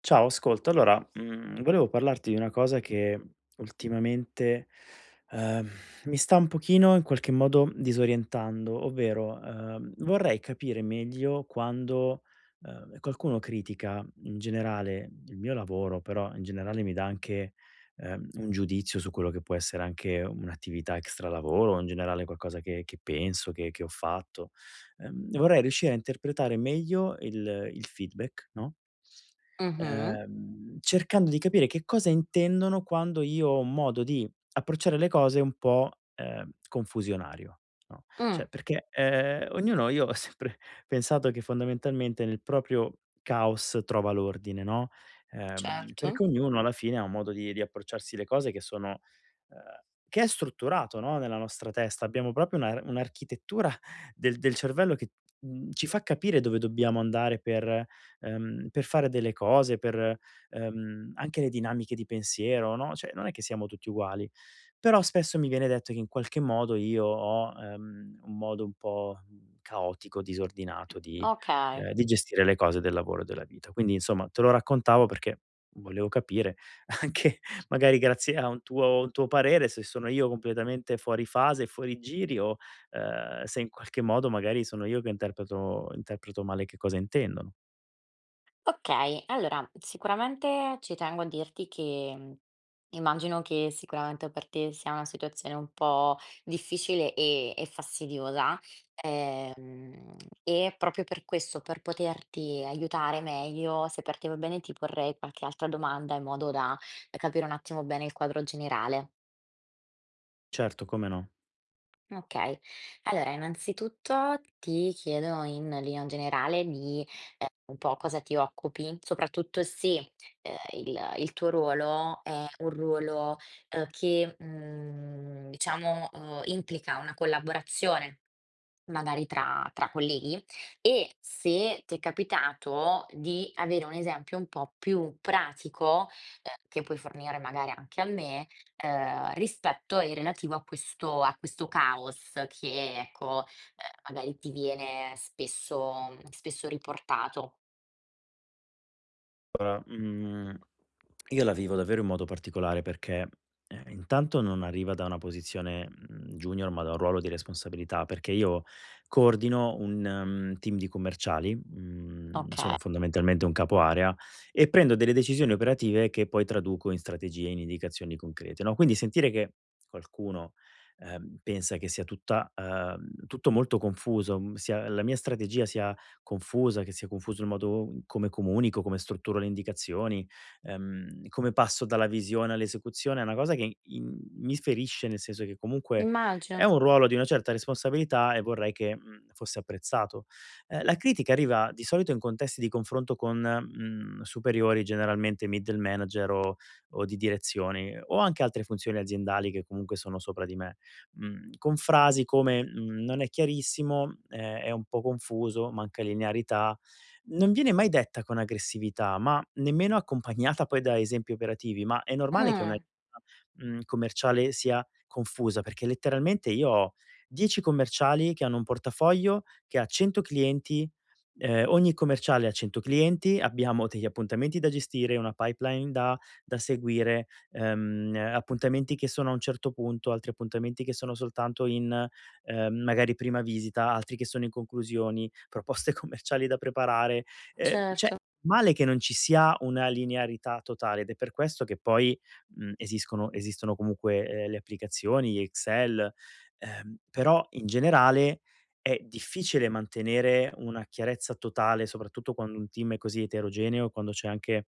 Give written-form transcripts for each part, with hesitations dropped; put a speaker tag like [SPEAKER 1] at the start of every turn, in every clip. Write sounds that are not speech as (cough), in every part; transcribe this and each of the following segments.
[SPEAKER 1] Ciao, ascolta, allora, volevo parlarti di una cosa che ultimamente, ehm, mi sta un pochino in qualche modo disorientando. Ovvero, vorrei capire meglio quando, qualcuno critica in generale il mio lavoro, però in generale mi dà anche, un giudizio su quello che può essere anche un'attività extra lavoro o in generale qualcosa che penso, che ho fatto. Vorrei riuscire a interpretare meglio il feedback, no,
[SPEAKER 2] Mh-mh.
[SPEAKER 1] cercando di capire che cosa intendono quando io ho un modo di approcciare le cose un po', confusionario, no,
[SPEAKER 2] Mh,
[SPEAKER 1] cioè perché, ognuno, io ho sempre (laughs) pensato che fondamentalmente nel proprio caos trova l'ordine, no,
[SPEAKER 2] certo.
[SPEAKER 1] perché ognuno alla fine ha un modo di approcciarsi le cose che sono ehm, che è strutturato, no, nella nostra testa. Abbiamo proprio una un'architettura del cervello che, ci fa capire dove dobbiamo andare per fare delle cose, per, anche le dinamiche di pensiero, no, cioè non è che siamo tutti uguali. Però spesso mi viene detto che in qualche modo io ho, un modo un po' caotico, disordinato
[SPEAKER 2] Okay.
[SPEAKER 1] di gestire le cose del lavoro e della vita. Quindi insomma te lo raccontavo perché volevo capire (laughs) anche magari grazie a un tuo parere se sono io completamente fuori fase, fuori giri o, se in qualche modo magari sono io che interpreto male che cosa intendono.
[SPEAKER 2] Okay, allora sicuramente ci tengo a dirti che, immagino che sicuramente per te sia una situazione un po' difficile e fastidiosa, ehm, e proprio per questo, per poterti aiutare meglio, se per te va bene ti porrei qualche altra domanda in modo da capire un attimo bene il quadro generale.
[SPEAKER 1] Certo, come no.
[SPEAKER 2] Okay. Allora, innanzitutto ti chiedo in linea generale di, un po' cosa ti occupi, soprattutto se, il tuo ruolo è un ruolo, che, diciamo, implica una collaborazione magari tra colleghi e se ti è capitato di avere un esempio un po' più pratico, che puoi fornire magari anche a me, rispetto e relativo a questo caos che ecco, magari ti viene spesso riportato.
[SPEAKER 1] Allora, io la vivo davvero in modo particolare perché, intanto non arriva da una posizione, mhmm, junior, ma da un ruolo di responsabilità, perché io coordino un, mhmm, team di commerciali, mhmm,
[SPEAKER 2] Okay,
[SPEAKER 1] sono fondamentalmente un capo area e prendo delle decisioni operative che poi traduco in strategie, in indicazioni concrete, no, quindi sentire che qualcuno, pensa che sia tutta tutto molto confuso, mhmm, sia la mia strategia sia confusa, che sia confuso il modo in come comunico, come strutturo le indicazioni, come passo dalla visione all'esecuzione, è una cosa che in mi ferisce, nel senso che comunque è
[SPEAKER 2] immagino.
[SPEAKER 1] un ruolo di una certa responsabilità e vorrei che, fosse apprezzato. La critica arriva di solito in contesti di confronto con, mhmm, superiori, generalmente middle manager o di direzioni o anche altre funzioni aziendali che comunque sono sopra di me, mhmm, con frasi come, mhmm: "Non è chiarissimo, è un po' confuso, manca linearità". Non viene mai detta con aggressività, ma nemmeno accompagnata poi da esempi operativi, ma è normale che una,
[SPEAKER 2] Mh,
[SPEAKER 1] commerciale sia confusa, perché letteralmente io ho 10 commerciali che hanno un portafoglio che ha 100 clienti, ogni commerciale ha 100 clienti, abbiamo degli appuntamenti da gestire, una pipeline da seguire, appuntamenti che sono a un certo punto, altri appuntamenti che sono soltanto in, magari prima visita, altri che sono in conclusioni, proposte (laughs) commerciali da preparare. Ehm, cioè,
[SPEAKER 2] certo,
[SPEAKER 1] male che non ci sia una linearità totale, ed è per questo che poi, esiscono esistono comunque, le applicazioni, Excel, però in generale è difficile mantenere una chiarezza totale, soprattutto quando un team è così eterogeneo, quando c'è anche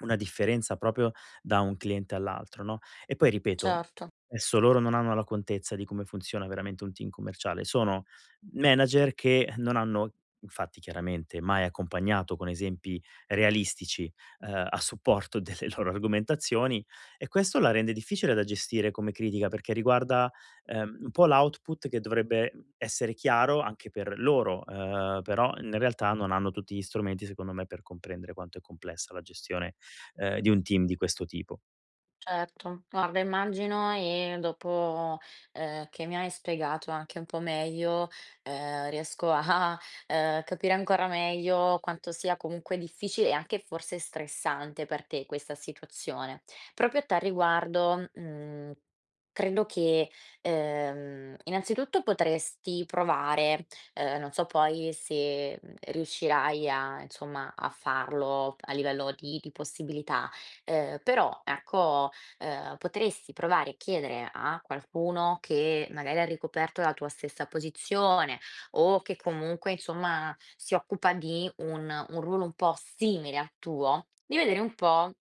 [SPEAKER 1] una differenza proprio da un cliente all'altro, no, e poi ripeto,
[SPEAKER 2] certo.
[SPEAKER 1] adesso loro non hanno la contezza di come funziona veramente un team commerciale. Sono manager che non hanno infatti chiaramente mai accompagnato con esempi realistici, a supporto delle (laughs) loro argomentazioni, e questo la rende difficile da gestire come critica perché riguarda, un po' l'output che dovrebbe essere chiaro anche per loro. Però in realtà non hanno tutti gli strumenti secondo me per comprendere quanto è complessa la gestione, di un team di questo tipo.
[SPEAKER 2] Certo, guarda immagino e dopo, che mi hai spiegato anche un po' meglio, riesco a, (laughs) capire ancora meglio quanto sia comunque difficile e anche forse stressante per te questa situazione. Proprio a tal riguardo, credo che, innanzitutto potresti provare, non so poi se, riuscirai a insomma a farlo a livello di possibilità, però ecco potresti provare a chiedere a qualcuno che magari ha ricoperto la tua stessa posizione o che comunque insomma si occupa di un ruolo un po' simile al tuo, di vedere un po'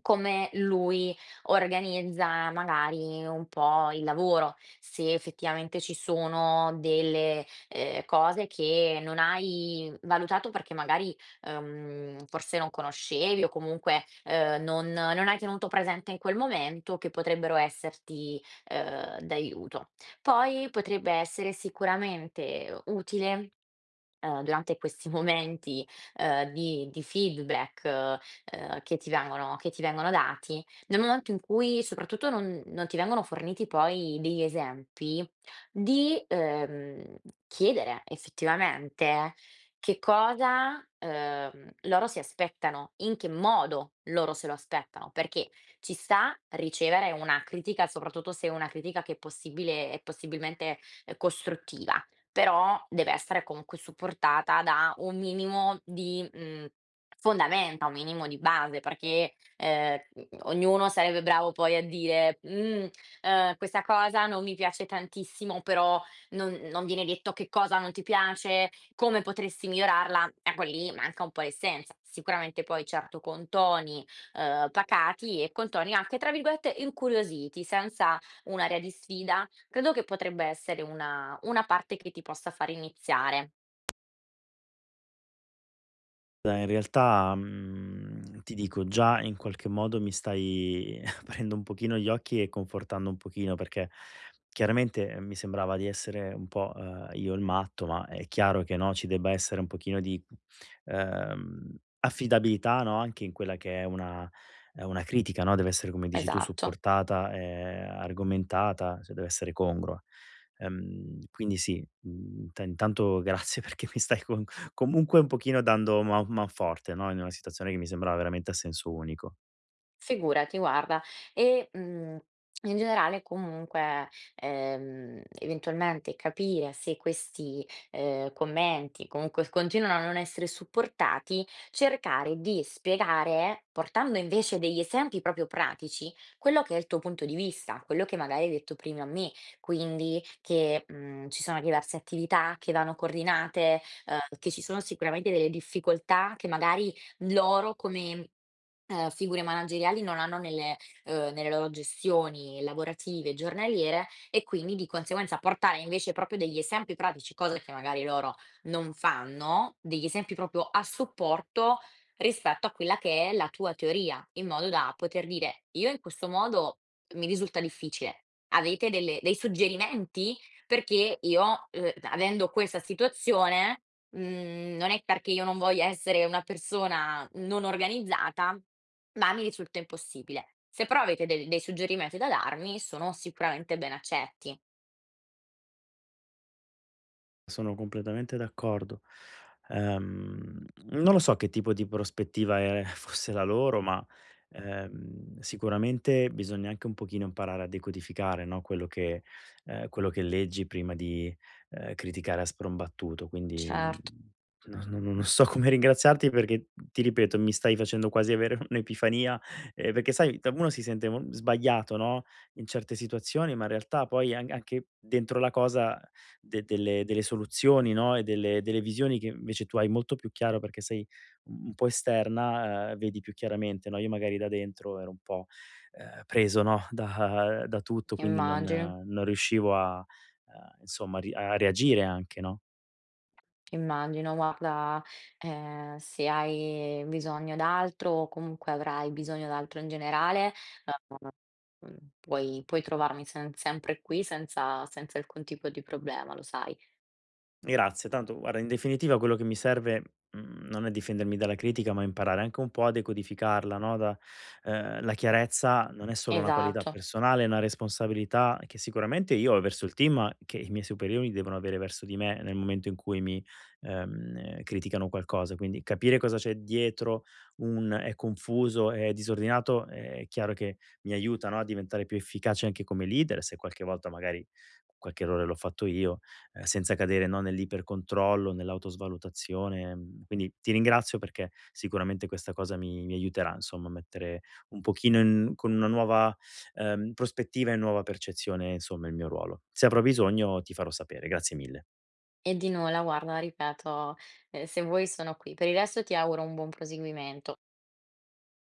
[SPEAKER 2] come lui organizza magari un po' il lavoro, se effettivamente ci sono delle, cose che non hai valutato perché magari forse non conoscevi o comunque, non hai tenuto presente in quel momento che potrebbero esserti, d'aiuto. Poi potrebbe essere sicuramente utile, durante questi (laughs) momenti, di feedback, che ti vengono dati, nel momento in cui soprattutto non ti vengono forniti poi degli esempi, di, chiedere effettivamente che cosa, loro si aspettano, in che modo loro se lo aspettano, perché ci sta ricevere una critica, soprattutto se è una critica che è possibilmente, costruttiva, però deve essere comunque supportata da un minimo di, fondamenta, un minimo di base, perché, ognuno sarebbe bravo poi a dire: "Mhmm, questa cosa non mi piace tantissimo", però non viene detto che cosa non ti piace, come potresti migliorarla? Ecco lì manca un po' l'essenza. Sicuramente poi certo con toni, pacati e con toni anche tra virgolette "incuriositi", senza un'aria di sfida, credo che potrebbe essere una parte che ti possa far iniziare.
[SPEAKER 1] Dai, in realtà, ti dico, già in qualche modo mi stai (laughs) aprendo un pochino gli occhi e confortando un pochino, perché chiaramente, mi sembrava di essere un po', io il matto, ma è chiaro che, no, ci debba essere un pochino di, ehm, affidabilità, no, anche in quella che è una critica, no, deve essere, come dici tu,
[SPEAKER 2] Esatto.
[SPEAKER 1] supportata, argomentata, cioè deve essere congrua. Quindi sì, ta intanto grazie (laughs) perché mi stai con comunque un pochino dando manforte, no, in una situazione che mi sembrava veramente a senso unico.
[SPEAKER 2] Figurati, guarda. E, in generale comunque, eventualmente capire se questi, commenti comunque continuano a non essere supportati, cercare di spiegare, portando invece degli esempi proprio pratici, quello che è il tuo punto di vista, quello che magari hai detto prima a me. Quindi che, ci sono diverse attività che vanno coordinate, che ci sono sicuramente delle difficoltà che magari loro come figure manageriali non hanno nelle nelle loro gestioni lavorative, giornaliere e quindi di conseguenza portare invece proprio degli esempi pratici, cosa che magari loro non fanno, degli esempi proprio a supporto rispetto a quella che è la tua teoria, in modo da poter dire: "Io in questo modo mi risulta difficile. Avete delle dei suggerimenti? Perché io, avendo questa situazione non è perché io non voglia essere una persona non organizzata, ma mi risulta impossibile. Se però avete del dei suggerimenti da darmi, sono sicuramente ben accetti".
[SPEAKER 1] Sono completamente d'accordo. Non lo so che tipo di prospettiva, (laughs) fosse la loro, ma, sicuramente bisogna anche un pochino imparare a decodificare, no, quello che leggi prima di, criticare a sprombattuto. Quindi,
[SPEAKER 2] Certo,
[SPEAKER 1] no, non so (laughs) come ringraziarti perché, ti ripeto, mi stai facendo quasi avere (laughs) un'epifania, perché sai, da uno si sente mo sbagliato, no, in certe situazioni, ma in realtà poi an anche dentro la cosa de delle soluzioni, no, e delle visioni che invece tu hai molto più chiaro perché sei un po' esterna, vedi più chiaramente, no, io magari da dentro ero un po', preso, no, (laughs) da tutto, quindi non
[SPEAKER 2] immagino,
[SPEAKER 1] non riuscivo a, insomma, ri a reagire anche, no?
[SPEAKER 2] immagino. Guarda, se hai bisogno d'altro o comunque avrai bisogno d'altro in generale, puoi trovarmi sen sempre qui senza alcun tipo di problema, lo sai.
[SPEAKER 1] Grazie, tanto guarda, in definitiva quello che mi serve, non è difendermi dalla critica, ma imparare anche un po' a decodificarla, no. Da la chiarezza non è solo una qualità
[SPEAKER 2] Esatto.
[SPEAKER 1] personale, è una responsabilità che sicuramente io ho verso il team, ma che i miei superiori devono avere verso di me nel momento in cui mi, criticano qualcosa. Quindi capire cosa c'è dietro un "è confuso, è disordinato", è chiaro che mi aiuta, no, a diventare più efficace anche come leader, se qualche volta magari qualche errore l'ho fatto io, senza cadere, no, nell'ipercontrollo, nell'autosvalutazione. Mhmm, quindi ti ringrazio perché sicuramente questa cosa mi aiuterà, insomma, a mettere un pochino in con una nuova, prospettiva e nuova percezione, insomma, il mio ruolo. Se avrò bisogno ti farò sapere. Grazie mille.
[SPEAKER 2] E di nulla, guarda, ripeto, se vuoi sono qui. Per il resto ti auguro un buon proseguimento.